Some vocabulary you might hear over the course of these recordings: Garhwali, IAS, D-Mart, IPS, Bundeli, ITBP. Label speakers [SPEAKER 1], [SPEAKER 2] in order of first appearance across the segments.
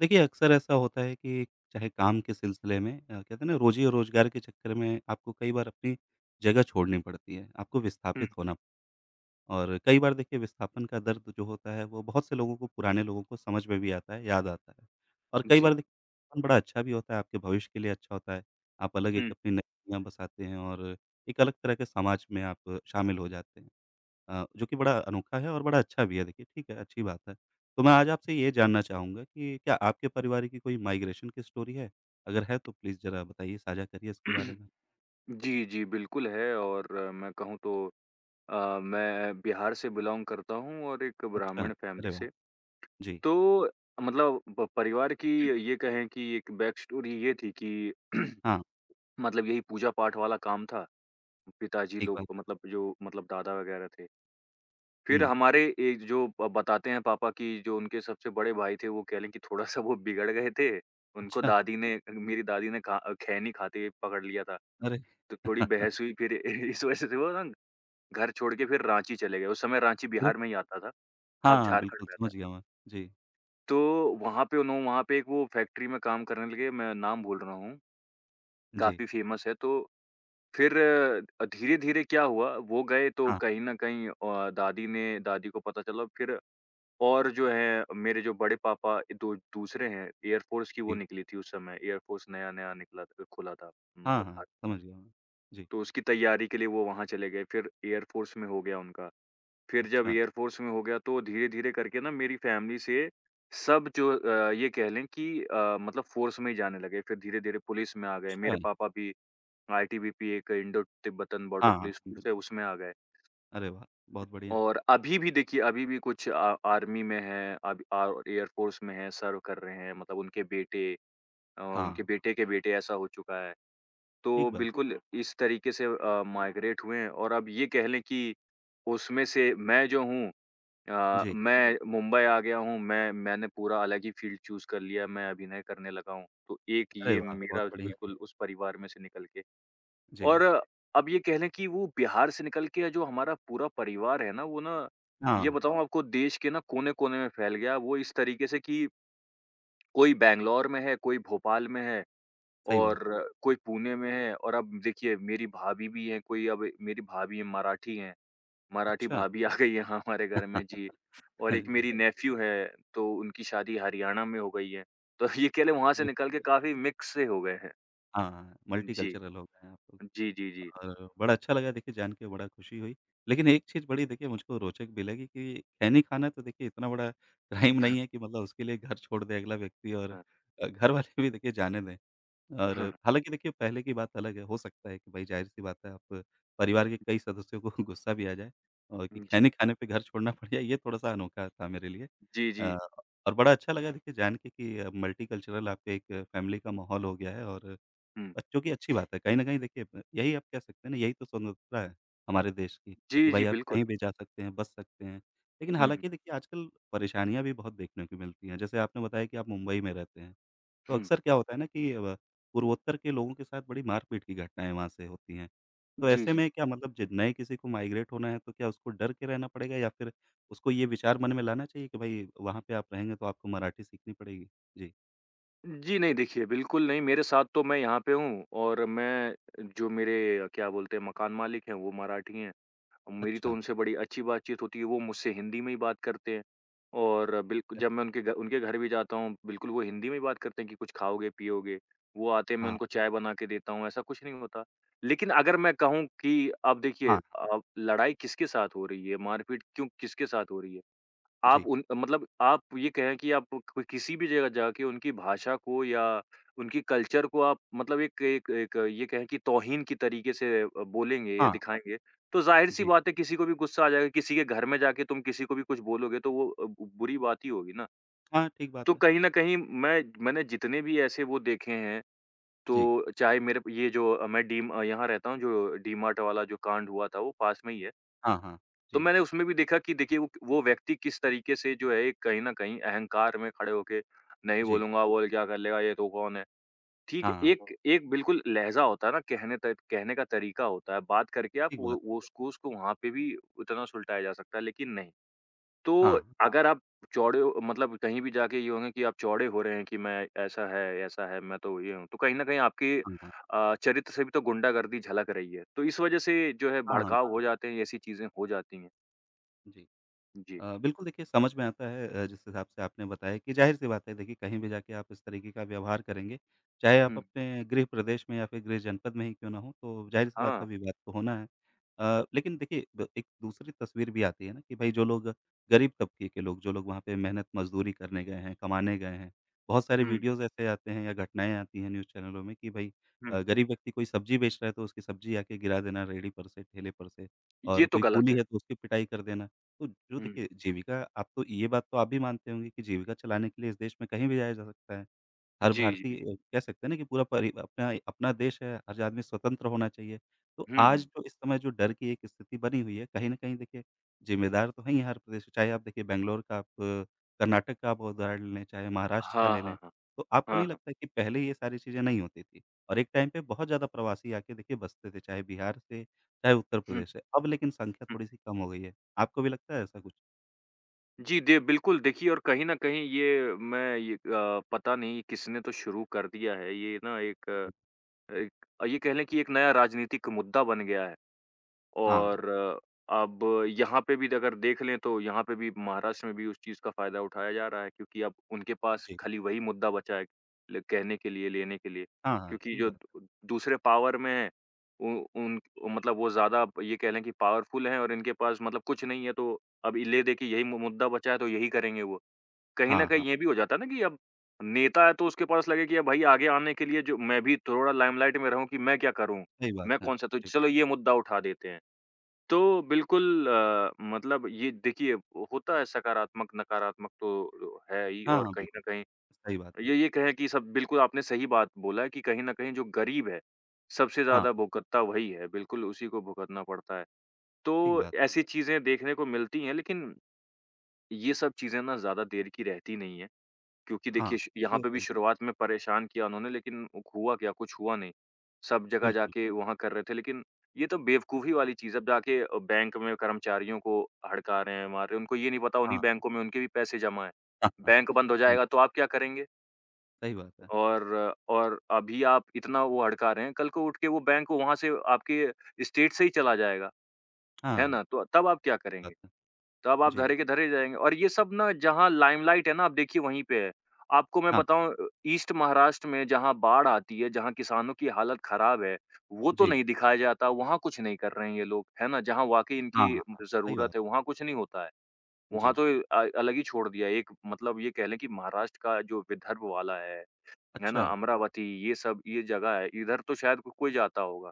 [SPEAKER 1] देखिए, अक्सर ऐसा होता है कि चाहे काम के सिलसिले में कहते हैं ना रोज़ी-रोज़गार के चक्कर में आपको कई बार अपनी जगह छोड़नी पड़ती है, आपको
[SPEAKER 2] हुँ,
[SPEAKER 1] विस्थापित
[SPEAKER 2] हुँ।
[SPEAKER 1] होना और कई बार देखिए विस्थापन का दर्द जो होता है वो बहुत से लोगों को पुराने लोगों को समझ में भी आता है, याद आता है। और कई
[SPEAKER 2] जी।
[SPEAKER 1] बार देखिए विस्थापन बड़ा अच्छा भी होता है, आपके भविष्य के लिए अच्छा होता है। आप अलग एक
[SPEAKER 2] हुँ।
[SPEAKER 1] अपनी नज़रिया बसाते हैं और एक अलग तरह के समाज में आप शामिल हो जाते हैं। जो कि बड़ा अनोखा है और बड़ा अच्छा भी है देखिए, ठीक है, अच्छी बात है। तो मैं आज आपसे ये जानना चाहूँगा कि क्या आपके परिवार की कोई माइग्रेशन की स्टोरी है? अगर है तो प्लीज़ ज़रा बताइए, साझा करिए इसके बारे में।
[SPEAKER 2] जी, जी, बिल्कुल है और मैं कहूँ तो मैं बिहार से बिलॉन्ग करता हूँ और एक
[SPEAKER 1] अच्छा,
[SPEAKER 2] ब्राह्मण फैमिली
[SPEAKER 1] अरे वाह!
[SPEAKER 2] से।
[SPEAKER 1] जी,
[SPEAKER 2] तो मतलब प परिवार की ये कहें कि एक बैक स्टोरी ये थी कि
[SPEAKER 1] हाँ,
[SPEAKER 2] मतलब यही पूजा-पाठ वाला काम था। पिताजी
[SPEAKER 1] ठीक
[SPEAKER 2] लोग
[SPEAKER 1] बात है।
[SPEAKER 2] मतलब जो मतलब दादा वग़ैरह थे।
[SPEAKER 1] हुँ,
[SPEAKER 2] फिर हमारे एक जो ब बताते हैं पापा कि जो उनके सबसे बड़े भाई थे, वो कह लें कि थोड़ा-सा वो बिगड़ गए थे। उनको
[SPEAKER 1] अच्छा,
[SPEAKER 2] दादी ने, मेरी दादी ने खा खैनी खाते पकड़ लिया था।
[SPEAKER 1] अरे!
[SPEAKER 2] तो थोड़ी बहस हुई फिर इस वजह से वो ना घर छोड़ के फिर रांची चले गए। उस समय रांची
[SPEAKER 1] अरे!
[SPEAKER 2] बिहार में ही आता था, अब
[SPEAKER 1] हाँ,
[SPEAKER 2] झारखंड
[SPEAKER 1] बिल्कुल
[SPEAKER 2] में आता है।
[SPEAKER 1] समझ गया मैं। जी,
[SPEAKER 2] तो वहाँ पे उन्हों वहाँ पे एक वो फैक्ट्री में काम करने लगे, मैं नाम भूल रहा हूँ,
[SPEAKER 1] जी,
[SPEAKER 2] काफ़ी फ़ेमस है। तो फिर धीरे-धीरे क्या हुआ, वो गए तो
[SPEAKER 1] हाँ,
[SPEAKER 2] कहीं न कहीं दादी को पता चला। फिर और जो है, मेरे जो बड़े पापा दो दूसरे हैं, एयर फ़ोर्स की वो
[SPEAKER 1] जी,
[SPEAKER 2] निकली थी उस समय, एयर फ़ोर्स नया-नया खुला था
[SPEAKER 1] हाँ,
[SPEAKER 2] मतलब
[SPEAKER 1] हाँ,
[SPEAKER 2] भारत में।
[SPEAKER 1] समझ गया मैं। जी,
[SPEAKER 2] तो उसकी तैयारी के लिए वो वहाँ चले गए, फिर एयर फ़ोर्स में हो गया उनका। फिर जब
[SPEAKER 1] अच्छा,
[SPEAKER 2] एयर फ़ोर्स में हो गया तो धीरे-धीरे करके ना मेरी फ़ैमिली से सब जो ये कह लें कि मतलब फ़ोर्स में ही जाने लगे। फिर धीरे-धीरे पुलिस में आ गए।
[SPEAKER 1] अच्छा,
[SPEAKER 2] मेरे पापा भी आईटीबीपी, एक इंडो तिब्बतन बॉर्डर
[SPEAKER 1] हाँ, हाँ,
[SPEAKER 2] पुलिस फ़ोर्स है,
[SPEAKER 1] बिल्कुल।
[SPEAKER 2] उसमें आ गए।
[SPEAKER 1] अरे वाह! बहुत बढ़िया।
[SPEAKER 2] और अभी भी देखिए, अभी भी कुछ आ आर्मी में हैं, अब आ एयर फ़ोर्स में हैं, सर्व कर रहे हैं, मतलब उनके बेटे उनके
[SPEAKER 1] हाँ,
[SPEAKER 2] बेटे के बेटे ऐसा हो चुका है। तो
[SPEAKER 1] ठीक बात।
[SPEAKER 2] बिल्कुल इस तरीके से माइग्रेट हुए हैं, और अब ये कह लें कि उसमें से मैं जो हूँ,
[SPEAKER 1] जी,
[SPEAKER 2] मैं मुंबई आ गया हूँ, मैंने पूरा अलग ही फ़ील्ड चूज़ कर लिया, मैं अभिनय करने लगा हूँ। तो एक
[SPEAKER 1] अरे
[SPEAKER 2] ये
[SPEAKER 1] वाह! बहुत
[SPEAKER 2] मेरा जो
[SPEAKER 1] बढ़िया।
[SPEAKER 2] बिल्कुल उस परिवार में से निकल के,
[SPEAKER 1] जी,
[SPEAKER 2] और अब ये कह लें कि वो बिहार से निकल के जो हमारा पूरा परिवार है ना, वो ना ये
[SPEAKER 1] हाँ,
[SPEAKER 2] बताऊँ आपको, देश के ना कोने-कोने में फैल गया। वो इस तरीके से कि कोई बैंगलोर में है, कोई भोपाल में है।
[SPEAKER 1] सही
[SPEAKER 2] और
[SPEAKER 1] बात है।
[SPEAKER 2] कोई पुणे में है, और अब देखिए मेरी भाभी भी हैं, कोई अब मेरी भाभी हैं, मराठी हैं, मराठी
[SPEAKER 1] अच्छा।
[SPEAKER 2] भाभी आ गई है, हाँ, हमारे घर में जी। और एक मेरी नेफ्यू है, तो उनकी शादी हरियाणा में हो गई है। तो ये कह लें, वहाँ से
[SPEAKER 1] जी।
[SPEAKER 2] निकल के काफ़ी मिक्स से हो गए हैं।
[SPEAKER 1] हाँ,
[SPEAKER 2] जी।
[SPEAKER 1] मल्टीकल्चरल हो गए हैं आप लोग
[SPEAKER 2] जी, जी, जी।
[SPEAKER 1] और बड़ा अच्छा लगा देखिए जान के बड़ा खुशी हुई। लेकिन एक चीज़ बड़ी देखिए मुझको रोचक भी लगी कि खैनी खाना तो देखिए इतना बड़ा क्राइम नहीं है कि मतलब उसके लिए घर छोड़ दे अगला व्यक्ति और
[SPEAKER 2] हाँ,
[SPEAKER 1] घर वाले भी देखिए जाने दें। और
[SPEAKER 2] हाँ,
[SPEAKER 1] हालाँकि देखिए पहले की बात अलग है, हो सकता है कि भई ज़ाहिर-सी बात है आप परिवार के कई सदस्यों को गुस्सा भी आ जाए और कि
[SPEAKER 2] जी।
[SPEAKER 1] खैनी खाने पे घर छोड़ना पड़ जाए ये थोड़ा-सा अनोखा था मेरे लिए।
[SPEAKER 2] जी, जी।
[SPEAKER 1] अ, और बड़ा अच्छा लगा देखिए जान के कि मल्टीकल्चरल आपके एक फैमिली का माहौल हो गया है और
[SPEAKER 2] हुँ।
[SPEAKER 1] बच्चों की अच्छी बात है। कहीं न कहीं देखिए यही आप कह सकते हैं ना, यही तो स्वतंत्रता है हमारे देश की कि
[SPEAKER 2] जी, जी,
[SPEAKER 1] भाई आप
[SPEAKER 2] बिल्कुल।
[SPEAKER 1] कहीं भी जा सकते हैं, बस सकते हैं। लेकिन
[SPEAKER 2] हुँ, हुँ,
[SPEAKER 1] हालाँकि देखिए आजकल परेशानियाँ भी बहुत देखने को मिलती हैं। जैसे आपने बताया कि आप मुंबई में रहते हैं। तो
[SPEAKER 2] हुँ।
[SPEAKER 1] अक्सर क्या होता है ना कि अब पूर्वोत्तर के लोगों के साथ बड़ी मारपीट की घटनाएँ वहाँ से होती हैं। तो
[SPEAKER 2] जी,
[SPEAKER 1] ऐसे
[SPEAKER 2] जी।
[SPEAKER 1] में क्या मतलब जि नए किसी को माइग्रेट होना है तो क्या उसको डर के रहना पड़ेगा या फिर उसको ये विचार मन में लाना चाहिए कि भई वहाँ पे आप रहेंगे तो आपको मराठी सीखनी पड़ेगी? जी,
[SPEAKER 2] जी, नहीं देखिए, बिल्कुल नहीं, मेरे साथ तो, मैं यहाँ पे हूँ और मैं, जो मेरे क्या बोलते हैं, मकान मालिक हैं, वो मराठी हैं। मेरी तो
[SPEAKER 1] अच्छा।
[SPEAKER 2] उनसे बड़ी अच्छी बातचीत होती है, वो मुझसे हिंदी में ही बात करते हैं, और बिल्क जब मैं उनके घर भी जाता हूँ, बिल्कुल वो हिंदी में ही बात करते हैं कि कुछ खाओगे, पियोगे? वो आते हैं, मैं
[SPEAKER 1] हाँ,
[SPEAKER 2] उनको
[SPEAKER 1] हाँ,
[SPEAKER 2] चाय बना के देता हूँ, ऐसा कुछ नहीं होता। लेकिन अगर मैं कहूँ कि अब देखिए,
[SPEAKER 1] हाँ,
[SPEAKER 2] अब लड़ाई किसके साथ हो रही है, मारपीट क्यों, किसके साथ हो रही है? आप
[SPEAKER 1] जी,
[SPEAKER 2] उन मतलब आप ये कहें कि आप क किसी भी जगह जाके उनकी भाषा को या उनकी कल्चर को आप मतलब एक एक एक ये कहें कि तौहीन की तरीके से बोलेंगे या
[SPEAKER 1] हाँ,
[SPEAKER 2] दिखाएँगे, तो ज़ाहिर-सी
[SPEAKER 1] जी,
[SPEAKER 2] बात है, किसी को भी गुस्सा आ जाएगा, किसी के घर में जाके तुम किसी को भी कुछ बोलोगे तो वो बु बुरी बात ही होगी ना।
[SPEAKER 1] हाँ, ठीक
[SPEAKER 2] तो
[SPEAKER 1] बात है।
[SPEAKER 2] कहीं न कहीं मैंने जितने भी ऐसे वो देखे हैं,
[SPEAKER 1] जी,
[SPEAKER 2] तो चाहे मेरे ये जो मैं डी म यहाँ रहता हूँ, जो डी-मार्ट वाला जो कांड हुआ था वो पास में ही है।
[SPEAKER 1] हाँ, हाँ,
[SPEAKER 2] तो
[SPEAKER 1] जी,
[SPEAKER 2] मैंने उसमें भी देखा कि देखिए, वो व्यक्ति किस तरीके से, जो है एक कहीं न कहीं अहंकार में खड़े होके, नहीं
[SPEAKER 1] जी,
[SPEAKER 2] बोलूँगा, वो क्या कर लेगा, ये तो कौन है। ठीक
[SPEAKER 1] हाँ,
[SPEAKER 2] हुँ।
[SPEAKER 1] हाँ,
[SPEAKER 2] एक एक बिल्कुल लहज़ा होता है ना, कहने का तरीका होता है, बात करके आप
[SPEAKER 1] ठीक बात
[SPEAKER 2] वो
[SPEAKER 1] है।
[SPEAKER 2] वो उसको उसको वहाँ पे भी उतना सुलटाया जा सकता है, लेकिन नहीं।
[SPEAKER 1] हाँ,
[SPEAKER 2] तो
[SPEAKER 1] हाँ,
[SPEAKER 2] अगर आप चौड़े हो, मतलब कहीं भी जाके ये होंगे कि आप चौड़े हो रहे हैं कि मैं ऐसा है, मैं तो ये हूँ, तो कहीं न कहीं आपके
[SPEAKER 1] हाँ,
[SPEAKER 2] चरित्र से भी तो गुंडागर्दी झलक रही है। तो इस वजह से जो है
[SPEAKER 1] हाँ, हाँ,
[SPEAKER 2] भड़काव हो
[SPEAKER 1] बिल्कुल,
[SPEAKER 2] जाते हैं, ऐसी चीज़ें हो जाती हैं।
[SPEAKER 1] जी।
[SPEAKER 2] जी।
[SPEAKER 1] बिल्कुल देखिए समझ में आता है जिस हिसाब से आपने बताया कि ज़ाहिर-सी बात है देखिए कहीं भी जाके आप इस तरीके का व्यवहार करेंगे, चाहे आप
[SPEAKER 2] हुँ,
[SPEAKER 1] अपने गृह प्रदेश में या फिर गृह जनपद में ही क्यों ना हो, तो ज़ाहिर-सी बात
[SPEAKER 2] हाँ।
[SPEAKER 1] है विवाद तो होना है। लेकिन देखिए ब एक दूसरी तस्वीर भी आती है ना कि भाई जो लोग गरीब तबके के लोग, जो लोग वहाँ पे मेहनत मज़दूरी करने गए हैं, कमाने गए हैं, बहुत सारे
[SPEAKER 2] हुँ,
[SPEAKER 1] वीडियोज़ ऐसे आते हैं या घटनाएँ आती हैं न्यूज़ चैनलों में कि भाई
[SPEAKER 2] हुँ।
[SPEAKER 1] गरीब व्यक्ति कोई सब्ज़ी बेच रहा है तो उसकी सब्ज़ी आके गिरा देना रेहड़ी पर से, ठेले पर से
[SPEAKER 2] ये
[SPEAKER 1] और
[SPEAKER 2] तो
[SPEAKER 1] कोई
[SPEAKER 2] गलत
[SPEAKER 1] कूली
[SPEAKER 2] है।
[SPEAKER 1] है तो उसकी पिटाई कर देना। तो जो
[SPEAKER 2] हुँ,
[SPEAKER 1] देखिए जीविका आप तो ये बात तो आप भी मानते होंगे कि जीविका चलाने के लिए इस देश में कहीं भी जाया जा सकता है। हर
[SPEAKER 2] जी,
[SPEAKER 1] भारतीय
[SPEAKER 2] जी।
[SPEAKER 1] कह सकते हैं ना कि पूरा परि अपना अपना देश है, हर आदमी स्वतंत्र होना चाहिए। तो
[SPEAKER 2] हुँ,
[SPEAKER 1] आज
[SPEAKER 2] हुँ।
[SPEAKER 1] जो इस समय जो डर की एक स्थिति बनी हुई है, कहीं न कहीं देखिए ज़िम्मेदार तो हैं ही हर प्रदेश, चाहे आप देखिए बैंगलोर का आप कर्नाटक का आप उदाहरण लें, चाहे महाराष्ट्र का
[SPEAKER 2] हाँ,
[SPEAKER 1] ले
[SPEAKER 2] हाँ,
[SPEAKER 1] लें।
[SPEAKER 2] हाँ।
[SPEAKER 1] तो आपको
[SPEAKER 2] हाँ,
[SPEAKER 1] नहीं
[SPEAKER 2] हाँ।
[SPEAKER 1] लगता कि पहले ये सारी चीज़ें नहीं होती थी? और एक टाइम पे बहुत ज़्यादा प्रवासी आके देखिए बसते थे, चाहे बिहार से, चाहे उत्तर
[SPEAKER 2] हुँ,
[SPEAKER 1] प्रदेश से। अब लेकिन संख्या
[SPEAKER 2] हुँ।
[SPEAKER 1] थोड़ी-सी कम हो गई है। आपको भी लगता है ऐसा कुछ?
[SPEAKER 2] जी, दे बिल्कुल देखिए, और कहीं न कहीं ये पता नहीं किसने तो शुरू कर दिया है। ये ना एक,
[SPEAKER 1] जी।
[SPEAKER 2] एक ये कह लें कि एक नया राजनीतिक मुद्दा बन गया है।
[SPEAKER 1] हाँ, हाँ।
[SPEAKER 2] और अब यहाँ पे भी अगर देख लें तो यहाँ पे भी, महाराष्ट्र में भी उस चीज़ का फ़ायदा उठाया जा रहा है, क्योंकि अब उनके पास
[SPEAKER 1] जी।
[SPEAKER 2] खाली वही मुद्दा बचा है ल कहने के लिए, लेने के लिए।
[SPEAKER 1] हाँ, हाँ,
[SPEAKER 2] क्योंकि
[SPEAKER 1] ठीक
[SPEAKER 2] जो
[SPEAKER 1] बात है।
[SPEAKER 2] द दूसरे पावर में हैं, उ उन मतलब वो ज़्यादा ये कह लें कि पावरफुल हैं, और इनके पास मतलब कुछ नहीं है, तो अब ले-दे के यही मु मुद्दा बचा है, तो यही करेंगे वो। कहीं न
[SPEAKER 1] हाँ, हाँ,
[SPEAKER 2] कहीं ये भी हो जाता है ना कि अब नेता है तो उसके पास लगे कि अब भाई आगे आने के लिए, जो मैं भी थोड़ा लाइमलाइट में रहूँ, कि मैं क्या करूँ?
[SPEAKER 1] सही बात
[SPEAKER 2] मैं
[SPEAKER 1] है।
[SPEAKER 2] कौन-सा, तो
[SPEAKER 1] जी।
[SPEAKER 2] चलो ये मुद्दा उठा देते हैं। तो बिल्कुल मतलब ये देखिए, होता है, सकारात्मक-नकारात्मक तो है ही,
[SPEAKER 1] हाँ,
[SPEAKER 2] और
[SPEAKER 1] हाँ,
[SPEAKER 2] कहीं न
[SPEAKER 1] बिल्कुल।
[SPEAKER 2] कहीं
[SPEAKER 1] सही बात है।
[SPEAKER 2] ये कहें कि सब, बिल्कुल आपने सही बात बोला है कि कहीं न कहीं जो गरीब है, सबसे
[SPEAKER 1] हाँ,
[SPEAKER 2] ज़्यादा भुगतता वही है, बिल्कुल उसी को भुगतना पड़ता है।
[SPEAKER 1] ठीक
[SPEAKER 2] तो
[SPEAKER 1] बात है।
[SPEAKER 2] ऐसी चीज़ें देखने को मिलती हैं, लेकिन ये सब चीज़ें ना ज़्यादा देर की रहती नहीं हैं। क्योंकि
[SPEAKER 1] हाँ,
[SPEAKER 2] देखिए, श यहाँ
[SPEAKER 1] ये
[SPEAKER 2] पे भी
[SPEAKER 1] सही
[SPEAKER 2] शुरुआत में परेशान किया उन्होंने, लेकिन उ- हुआ क्या? कुछ हुआ नहीं। सब जगह
[SPEAKER 1] बिल्कुल।
[SPEAKER 2] जाके वहाँ कर रहे थे, लेकिन ये तो बेवकूफ़ी वाली चीज़ है। अब जाके बैंक में कर्मचारियों को हड़का रहे हैं, मार रहे हैं। उनको ये नहीं पता, उन्हीं
[SPEAKER 1] हाँ,
[SPEAKER 2] बैंकों में उनके भी पैसे जमा हैं।
[SPEAKER 1] हाँ, हाँ।
[SPEAKER 2] बैंक बंद हो
[SPEAKER 1] जी,
[SPEAKER 2] जाएगा तो आप क्या करेंगे?
[SPEAKER 1] सही बात है।
[SPEAKER 2] और अभी आप इतना वो हड़का रहे हैं, कल को उठ के वो बैंक वहाँ से आपके स्टेट से ही चला जाएगा, है
[SPEAKER 1] हाँ,
[SPEAKER 2] ना? तो तब आप क्या
[SPEAKER 1] ठीक
[SPEAKER 2] करेंगे?
[SPEAKER 1] बात है।
[SPEAKER 2] तब आप
[SPEAKER 1] जी,
[SPEAKER 2] धरे के धरे जाएँगे, और ये सब ना जहाँ लाइमलाइट है ना, आप देखिए वहीं पे है। आपको मैं
[SPEAKER 1] हाँ, हाँ।
[SPEAKER 2] बताऊँ, ईस्ट महाराष्ट्र में जहाँ बाढ़ आती है, जहाँ किसानों की हालत ख़राब है, वो तो
[SPEAKER 1] जी,
[SPEAKER 2] नहीं दिखाया जाता, वहाँ कुछ नहीं कर रहे हैं ये लोग, है ना? जहाँ वाक़ई
[SPEAKER 1] हाँ,
[SPEAKER 2] इनकी
[SPEAKER 1] हाँ, हाँ। सही बात
[SPEAKER 2] ज़रूरत है,
[SPEAKER 1] है।
[SPEAKER 2] वहाँ कुछ नहीं होता है। वहाँ
[SPEAKER 1] जी।
[SPEAKER 2] तो अलग ही छोड़ दिया है, एक मतलब ये कह लें कि महाराष्ट्र का जो विदर्भ वाला है ना?
[SPEAKER 1] अच्छा,
[SPEAKER 2] अमरावती, ये सब ये जगह है, इधर तो शायद को कोई जाता होगा।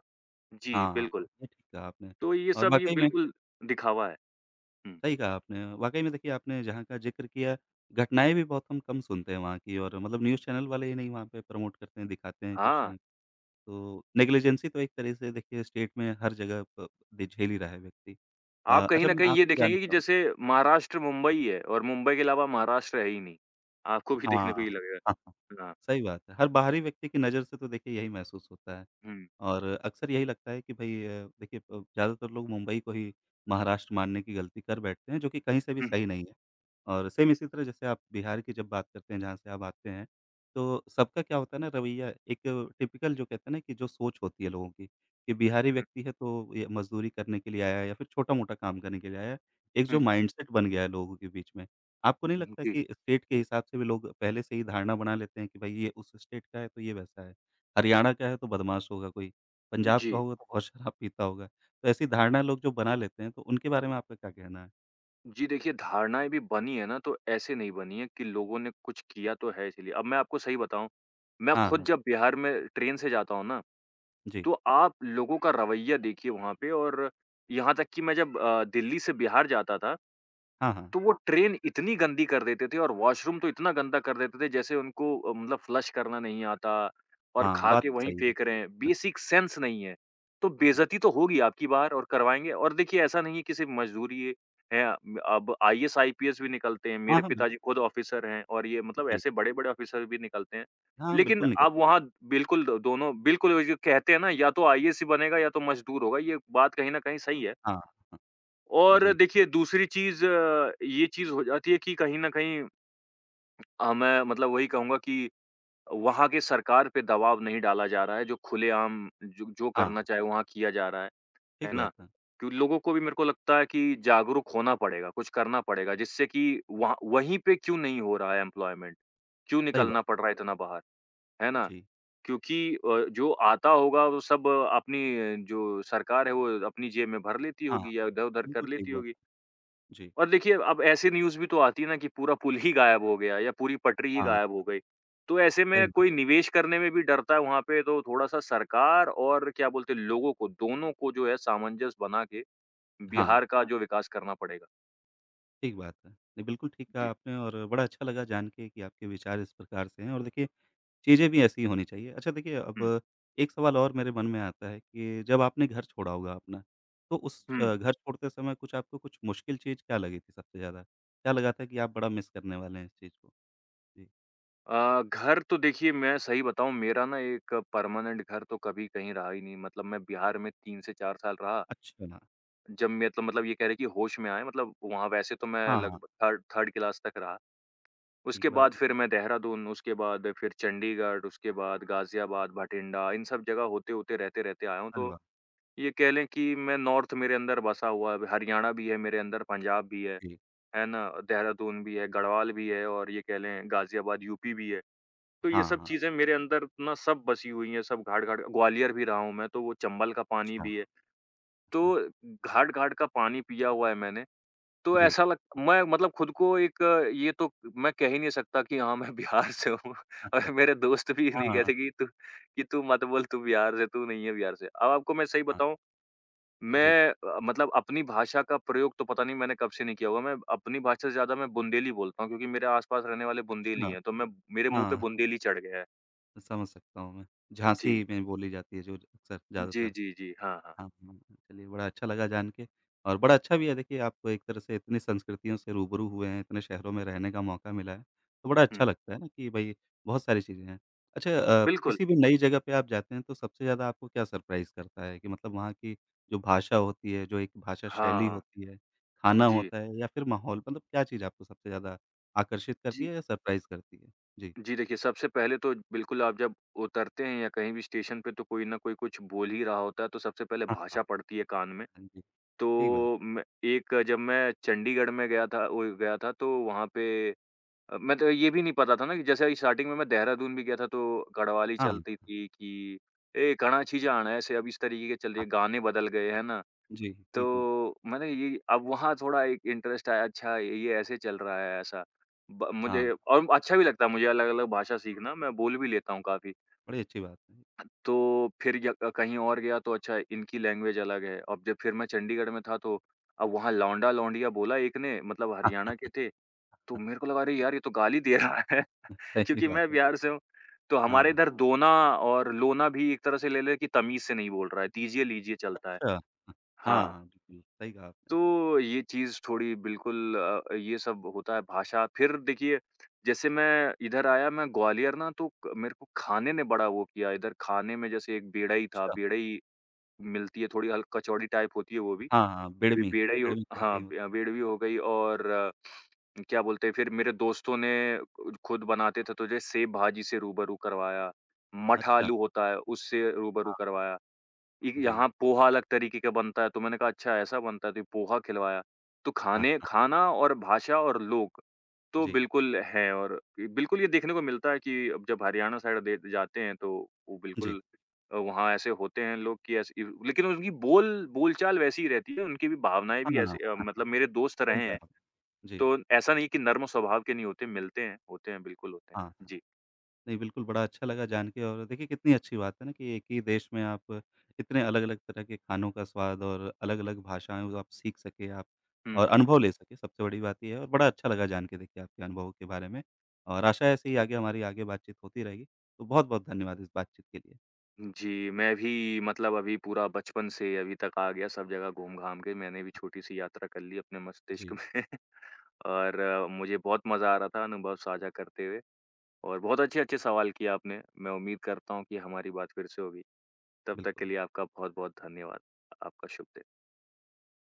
[SPEAKER 2] जी,
[SPEAKER 1] हाँ,
[SPEAKER 2] बिल्कुल।
[SPEAKER 1] ये ठीक कहा आपने
[SPEAKER 2] तो ये
[SPEAKER 1] और
[SPEAKER 2] सब ये
[SPEAKER 1] वाक़ई में
[SPEAKER 2] बिल्कुल दिखावा है। हुँ।
[SPEAKER 1] सही कहा आपने। वाक़ई में देखिए आपने जहाँ का ज़िक्र किया, घटनाएँ भी बहुत हम कम सुनते हैं वहाँ की और मतलब न्यूज़ चैनल वाले ही नहीं वहाँ पे प्रमोट करते हैं, दिखाते हैं कुछ
[SPEAKER 2] हाँ।
[SPEAKER 1] चैनल। तो नेग्लिजेंसी तो एक तरह से देखिए स्टेट में हर जगह प दि झेल ही रहा है व्यक्ति।
[SPEAKER 2] आप कहीं
[SPEAKER 1] अच्छा
[SPEAKER 2] न
[SPEAKER 1] मैं
[SPEAKER 2] कहीं ये
[SPEAKER 1] आपसे जानना
[SPEAKER 2] देखेंगे कि
[SPEAKER 1] चाहूँ
[SPEAKER 2] जैसे महाराष्ट्र मुंबई है, और मुंबई के अलावा महाराष्ट्र है ही नहीं। आपको भी
[SPEAKER 1] हाँ,
[SPEAKER 2] देखने को ये
[SPEAKER 1] हाँ,
[SPEAKER 2] लगेगा।
[SPEAKER 1] हाँ।
[SPEAKER 2] हाँ।
[SPEAKER 1] सही बात है। हर बाहरी व्यक्ति की नज़र से तो देखिए यही महसूस होता है
[SPEAKER 2] हुँ।
[SPEAKER 1] और अक्सर यही लगता है कि भई देखिए ज़्यादातर लोग मुंबई को ही महाराष्ट्र मानने की गलती कर बैठते हैं, जो कि कहीं से भी
[SPEAKER 2] हुँ,
[SPEAKER 1] सही नहीं है। और सेम इसी तरह जैसे आप बिहार की जब बात करते हैं, जहाँ से आप आते हैं, तो सबका क्या होता है ना रवैया एक टिपिकल जो कहते हैं ना कि जो सोच होती है लोगों की, कि बिहारी
[SPEAKER 2] हुँ,
[SPEAKER 1] व्यक्ति है तो ये मज़दूरी करने के लिए आया है या फिर छोटा-मोटा काम करने के लिए आया है। एक
[SPEAKER 2] हुँ,
[SPEAKER 1] जो माइंडसेट बन गया है लोगों के बीच में आपको नहीं
[SPEAKER 2] हुँ।
[SPEAKER 1] लगता
[SPEAKER 2] जी।
[SPEAKER 1] कि स्टेट के हिसाब से भी लोग पहले से ही धारणा बना लेते हैं कि भाई ये उस स्टेट का है तो ये वैसा है, हरियाणा का है तो बदमाश होगा कोई, पंजाब का
[SPEAKER 2] जी।
[SPEAKER 1] होगा तो बहुत शराब पीता होगा। तो ऐसी धारणा लोग जो बना लेते हैं तो उनके बारे में आपका क्या कहना है?
[SPEAKER 2] जी, देखिए, धारणाएँ भी बनी है ना, तो ऐसे नहीं बनी है, कि लोगों ने कुछ किया तो है इसलिए। अब मैं आपको सही बताऊँ, मैं
[SPEAKER 1] हाँ,
[SPEAKER 2] खुद
[SPEAKER 1] हाँ।
[SPEAKER 2] जब बिहार में ट्रेन से जाता हूँ ना,
[SPEAKER 1] जी।
[SPEAKER 2] तो आप लोगों का रवैया देखिए वहाँ पे, और यहाँ तक कि मैं जब दिल्ली से बिहार जाता था,
[SPEAKER 1] हाँ, हाँ।
[SPEAKER 2] तो वो ट्रेन इतनी गंदी कर देते थे, और वॉशरूम तो इतना गंदा कर देते थे जैसे उनको मतलब फ्लश करना नहीं आता, और
[SPEAKER 1] हाँ,
[SPEAKER 2] खा
[SPEAKER 1] बात
[SPEAKER 2] के हाँ,
[SPEAKER 1] तो
[SPEAKER 2] वहीं
[SPEAKER 1] सही है।
[SPEAKER 2] फेंक रहे हैं,
[SPEAKER 1] हाँ,
[SPEAKER 2] बेसिक सेंस नहीं है। तो
[SPEAKER 1] जी।
[SPEAKER 2] बेइज्जती तो होगी आपकी, बार और करवाएँगे, और देखिए ऐसा नहीं है कि सिर्फ़ मज़दूरी है, अब आईएएस, आईपीएस भी निकलते हैं,
[SPEAKER 1] हाँ,
[SPEAKER 2] मेरे
[SPEAKER 1] हाँ,
[SPEAKER 2] पिताजी
[SPEAKER 1] बिल्कुल।
[SPEAKER 2] खुद ऑफ़िसर हैं, और ये मतलब
[SPEAKER 1] जी।
[SPEAKER 2] ऐसे बड़े-बड़े ऑफ़िसर भी निकलते हैं।
[SPEAKER 1] हाँ,
[SPEAKER 2] लेकिन
[SPEAKER 1] बिल्कुल निकल
[SPEAKER 2] अब वहाँ बिल्कुल, दोनों बिल्कुल, वो जो कहते हैं ना, या तो आईएएस ही बनेगा या तो मज़दूर होगा, ये बात कहीं न कहीं सही है।
[SPEAKER 1] हाँ, हाँ।
[SPEAKER 2] और
[SPEAKER 1] जी।
[SPEAKER 2] देखिए दूसरी चीज़, ये चीज़ हो जाती है कि कहीं न कहीं मैं मतलब वही कहूँगा कि वहाँ के सरकार पे दबाव नहीं डाला जा रहा है, जो खुलेआम जो जो
[SPEAKER 1] हाँ, हाँ,
[SPEAKER 2] करना चाहे वहाँ किया जा रहा
[SPEAKER 1] ठीक
[SPEAKER 2] है ना?
[SPEAKER 1] बात है।
[SPEAKER 2] क्यों, लोगों को भी मेरे को लगता है कि जागरूक होना पड़ेगा, कुछ करना पड़ेगा, जिससे कि वहाँ, वहीं पे क्यों नहीं हो रहा है एम्प्लॉयमेंट? क्यों
[SPEAKER 1] सही
[SPEAKER 2] निकलना
[SPEAKER 1] बात।
[SPEAKER 2] पड़ रहा है इतना बाहर, है ना?
[SPEAKER 1] जी।
[SPEAKER 2] क्योंकि जो आता होगा वो सब अपनी जो सरकार है वो अपनी जेब में भर लेती
[SPEAKER 1] हाँ,
[SPEAKER 2] होगी या
[SPEAKER 1] हाँ।
[SPEAKER 2] इधर-उधर कर
[SPEAKER 1] बिल्कुल ठीक
[SPEAKER 2] लेती
[SPEAKER 1] बात।
[SPEAKER 2] होगी।
[SPEAKER 1] जी।
[SPEAKER 2] और देखिए अब ऐसी न्यूज़ भी तो आती है ना कि पूरा पुल ही गायब हो गया या पूरी पटरी ही
[SPEAKER 1] हाँ,
[SPEAKER 2] गायब हो गई। तो ऐसे
[SPEAKER 1] सही
[SPEAKER 2] में
[SPEAKER 1] बात।
[SPEAKER 2] कोई निवेश करने में भी डरता है वहाँ पे, तो थोड़ा-सा सरकार और क्या बोलते हैं लोगों को, दोनों को जो है सामंजस्य बना के
[SPEAKER 1] हाँ।
[SPEAKER 2] बिहार का जो विकास करना पड़ेगा?
[SPEAKER 1] ठीक बात है। नहीं, बिल्कुल ठीक कहा
[SPEAKER 2] जी।
[SPEAKER 1] आपने और बड़ा अच्छा लगा जान के कि आपके विचार इस प्रकार से हैं और देखिए चीज़ें भी ऐसी ही होनी चाहिए। अच्छा देखिए
[SPEAKER 2] हुँ,
[SPEAKER 1] अब एक सवाल और मेरे मन में आता है कि जब आपने घर छोड़ा होगा अपना, तो उस
[SPEAKER 2] हुँ।
[SPEAKER 1] घर छोड़ते समय कुछ आपको कुछ मुश्किल चीज़ क्या लगी थी सबसे ज़्यादा? क्या लगा था कि आप बड़ा मिस करने वाले हैं इस चीज़ को? जी।
[SPEAKER 2] घर तो देखिए मैं सही बताऊँ, मेरा ना एक परमानेंट घर तो कभी कहीं रहा ही नहीं। मतलब मैं बिहार में 3 से 4 साल रहा।
[SPEAKER 1] अच्छा। ना
[SPEAKER 2] जब मैं तो मतलब ये कह रहे हैं कि होश में आए, मतलब वहाँ वैसे तो मैं
[SPEAKER 1] हाँ, हाँ,
[SPEAKER 2] लगभग थर्ड थर्ड क्लास तक रहा। उसके
[SPEAKER 1] ठीक बात
[SPEAKER 2] बाद
[SPEAKER 1] है।
[SPEAKER 2] फिर मैं देहरादून, उसके बाद फिर चंडीगढ़, उसके बाद गाज़ियाबाद, भटिंडा, इन सब जगह होते-होते, रहते-रहते आया हूँ।
[SPEAKER 1] अरे
[SPEAKER 2] तो
[SPEAKER 1] वाह!
[SPEAKER 2] ये कह लें कि मैं नॉर्थ मेरे अंदर बसा हुआ है, हरियाणा भी है मेरे अंदर, पंजाब भी
[SPEAKER 1] जी।
[SPEAKER 2] है ना? देहरादून भी है, गढ़वाल भी है और ये कह लें गाज़ियाबाद यूपी भी है। तो ये
[SPEAKER 1] हाँ,
[SPEAKER 2] सब
[SPEAKER 1] हाँ।
[SPEAKER 2] चीज़ें मेरे अंदर ना सब बसी हुई हैं, सब घाट-घाट ग्वालियर भी रहा हूँ मैं, तो वो चंबल का पानी
[SPEAKER 1] अच्छा।
[SPEAKER 2] भी है। तो
[SPEAKER 1] हाँ,
[SPEAKER 2] घाट-घाट का पानी पिया हुआ है मैंने। तो
[SPEAKER 1] जी।
[SPEAKER 2] ऐसा लग मैं मतलब खुद को एक ये तो मैं कह ही नहीं सकता कि हाँ, मैं बिहार से हूँ
[SPEAKER 1] अच्छा।
[SPEAKER 2] और मेरे दोस्त भी
[SPEAKER 1] हाँ,
[SPEAKER 2] नहीं
[SPEAKER 1] हाँ,
[SPEAKER 2] कहते कि तू मत बोल, तू बिहार से, तू नहीं है बिहार से। अब आपको मैं सही
[SPEAKER 1] हाँ।
[SPEAKER 2] बताऊँ,
[SPEAKER 1] जी।
[SPEAKER 2] मैं मतलब अपनी भाषा का प्रयोग तो पता नहीं मैंने कब से नहीं किया होगा। मैं अपनी भाषा से ज़्यादा मैं बुंदेली बोलता हूँ, क्योंकि मेरे आस-पास रहने वाले बुंदेली
[SPEAKER 1] अच्छा।
[SPEAKER 2] हैं, तो मैं मेरे मुँह पे
[SPEAKER 1] हाँ।
[SPEAKER 2] बुंदेली चढ़ गया है।
[SPEAKER 1] समझ सकता हूँ मैं।
[SPEAKER 2] जी।
[SPEAKER 1] झाँसी में बोली जाती है जो अक्सर ज़्यादातर।
[SPEAKER 2] जी, जी, जी। हाँ, हाँ।
[SPEAKER 1] हाँ, हाँ। हाँ, चलिए बड़ा अच्छा लगा जान के और बड़ा अच्छा भी है देखिए आप एक तरह से इतनी संस्कृतियों से रूबरू हुए हैं, इतने शहरों में रहने का मौका मिला है, तो बड़ा अच्छा
[SPEAKER 2] हुँ।
[SPEAKER 1] लगता है ना कि भई बहुत सारी चीज़ें हैं। अच्छा
[SPEAKER 2] बिल्कुल।
[SPEAKER 1] किसी भी नई जगह पे आप जाते हैं तो सबसे ज़्यादा आपको क्या सरप्राइज़ करता है कि मतलब वहाँ की जो भाषा होती है, जो एक भाषा शैली
[SPEAKER 2] हाँ।
[SPEAKER 1] होती है, खाना
[SPEAKER 2] जी।
[SPEAKER 1] होता है या फिर माहौल मतलब क्या चीज़ आपको सबसे ज़्यादा आकर्षित करती
[SPEAKER 2] जी।
[SPEAKER 1] है या सरप्राइज़ करती है? जी।
[SPEAKER 2] जी देखिए, सबसे पहले तो बिल्कुल आप जब उतरते हैं या कहीं भी स्टेशन पे, तो कोई न कोई कुछ बोल ही रहा होता है, तो सबसे पहले
[SPEAKER 1] हाँ, हाँ।
[SPEAKER 2] भाषा पड़ती है कान में।
[SPEAKER 1] हाँ जी, ठीक बात।
[SPEAKER 2] तो मैं एक जब मैं चंडीगढ़ में गया था, वो गया था तो वहाँ पे मैं तो ये भी नहीं पता था ना कि जैसे स्टार्टिंग में मैं देहरादून भी गया था, तो गढ़वाली
[SPEAKER 1] हाँ।
[SPEAKER 2] चलती थी कि, "ए कणा छी जाण", ऐसे अब इस तरीके के चल रही
[SPEAKER 1] हाँ,
[SPEAKER 2] है, गाने बदल गए, है ना?
[SPEAKER 1] जी,
[SPEAKER 2] तो
[SPEAKER 1] बिल्कुल।
[SPEAKER 2] मैंने ये अब वहाँ थोड़ा एक इंटरेस्ट आया, अच्छा ये ऐसे चल रहा है ऐसा। ब
[SPEAKER 1] हाँ,
[SPEAKER 2] मुझे और अच्छा भी लगता है मुझे अलग-अलग भाषा सीखना, मैं बोल भी लेता हूँ काफ़ी।
[SPEAKER 1] बड़ी अच्छी बात है।
[SPEAKER 2] तो फिर य कहीं और गया तो अच्छा इनकी लैंग्वेज अलग है। अब जब फिर मैं चंडीगढ़ में था तो अब वहाँ लौंडा-लौंडिया बोला एक ने, मतलब
[SPEAKER 1] हाँ
[SPEAKER 2] हरियाणा के थे, तो मेरे को लगा अरे
[SPEAKER 1] जी,
[SPEAKER 2] यार ये तो गाली दे रहा है
[SPEAKER 1] सही
[SPEAKER 2] क्योंकि
[SPEAKER 1] बात
[SPEAKER 2] मैं
[SPEAKER 1] है।
[SPEAKER 2] बिहार से हूँ। तो हमारे
[SPEAKER 1] हाँ,
[SPEAKER 2] इधर दोना और लोना भी एक तरह से ले लें कि तमीज़ से नहीं बोल रहा है, दीजिए-लीजिए चलता है।
[SPEAKER 1] अच्छा हाँ,
[SPEAKER 2] हाँ।
[SPEAKER 1] हाँ, बिल्कुल, सही कहा आपने।
[SPEAKER 2] तो ये चीज़ थोड़ी बिल्कुल ये सब होता है भाषा। फिर देखिए जैसे मैं इधर आया, मैं ग्वालियर ना, तो क मेरे को खाने ने बड़ा वो किया। इधर खाने में जैसे एक बेड़ई था,
[SPEAKER 1] अच्छा,
[SPEAKER 2] बेड़ई मिलती है, थोड़ी हल कचौड़ी टाइप होती है वो भी।
[SPEAKER 1] हाँ, हाँ,
[SPEAKER 2] बे
[SPEAKER 1] बिड़मी,
[SPEAKER 2] बेड़ई हो,
[SPEAKER 1] बिड़मी कहती
[SPEAKER 2] हाँ,
[SPEAKER 1] हैं।
[SPEAKER 2] बे बेड़वी हो गई, और क्या बोलते हैं, फिर मेरे दोस्तों ने खुद बनाते थे, तो जैसे सेव भाजी से रूबरू करवाया, मठ
[SPEAKER 1] अच्छा,
[SPEAKER 2] आलू होता है उससे रूबरू
[SPEAKER 1] हाँ,
[SPEAKER 2] करवाया। इ
[SPEAKER 1] जी।
[SPEAKER 2] यहाँ पोहा अलग तरीके का बनता है, तो मैंने कहा अच्छा ऐसा बनता है, तो ये पोहा खिलवाया। तो
[SPEAKER 1] हाँ,
[SPEAKER 2] खाने
[SPEAKER 1] हाँ,
[SPEAKER 2] खाना और भाषा और लोग, तो
[SPEAKER 1] जी,
[SPEAKER 2] बिल्कुल हैं। और बिल्कुल ये देखने को मिलता है कि अब जब हरियाणा साइड दे जाते हैं तो वो
[SPEAKER 1] जी।
[SPEAKER 2] बिल्कुल वहाँ ऐसे होते हैं लोग कि ऐसे इ लेकिन उनकी बोल बोलचाल वैसी ही रहती है, उनकी भी भावनाएँ
[SPEAKER 1] हाँ,
[SPEAKER 2] भी
[SPEAKER 1] हाँ,
[SPEAKER 2] ऐसी
[SPEAKER 1] हाँ, हाँ,
[SPEAKER 2] मतलब मेरे दोस्त
[SPEAKER 1] सही
[SPEAKER 2] रहे
[SPEAKER 1] कहा
[SPEAKER 2] हैं,
[SPEAKER 1] आपने। जी,
[SPEAKER 2] तो ऐसा नहीं है कि नर्म स्वभाव के नहीं होते, मिलते हैं, होते हैं, बिल्कुल होते हैं।
[SPEAKER 1] हाँ।
[SPEAKER 2] जी।
[SPEAKER 1] नहीं, बिल्कुल बड़ा अच्छा लगा जान के और देखिए कितनी अच्छी बात है ना कि एक ही देश में आप इतने अलग-अलग तरह के खानों का स्वाद और अलग-अलग भाषाएँ आप सीख सके आप
[SPEAKER 2] हुँ,
[SPEAKER 1] और
[SPEAKER 2] हुँ।
[SPEAKER 1] अनुभव ले सके, सबसे बड़ी बात ये है और बड़ा अच्छा लगा जान के देखिए आपके अनुभवों के बारे में और आशा है ऐसे ही आगे हमारी आगे बातचीत होती रहेगी। तो बहुत-बहुत धन्यवाद इस बातचीत के लिए।
[SPEAKER 2] जी, मैं भी मतलब अभी पूरा बचपन से अभी तक आ गया, सब जगह घूम-घाम के मैंने भी छोटी-सी यात्रा कर ली अपने मस्तिष्क
[SPEAKER 1] जी,
[SPEAKER 2] में और मुझे बहुत मज़ा आ रहा था अनुभव साझा करते हुए, और बहुत अच्छे-अच्छे सवाल किए आपने। मैं उम्मीद करता हूँ कि हमारी बात फिर से होगी। तब तक के
[SPEAKER 1] बिल्कुल।
[SPEAKER 2] लिए आपका बहुत-बहुत धन्यवाद। आपका शुभ दिन।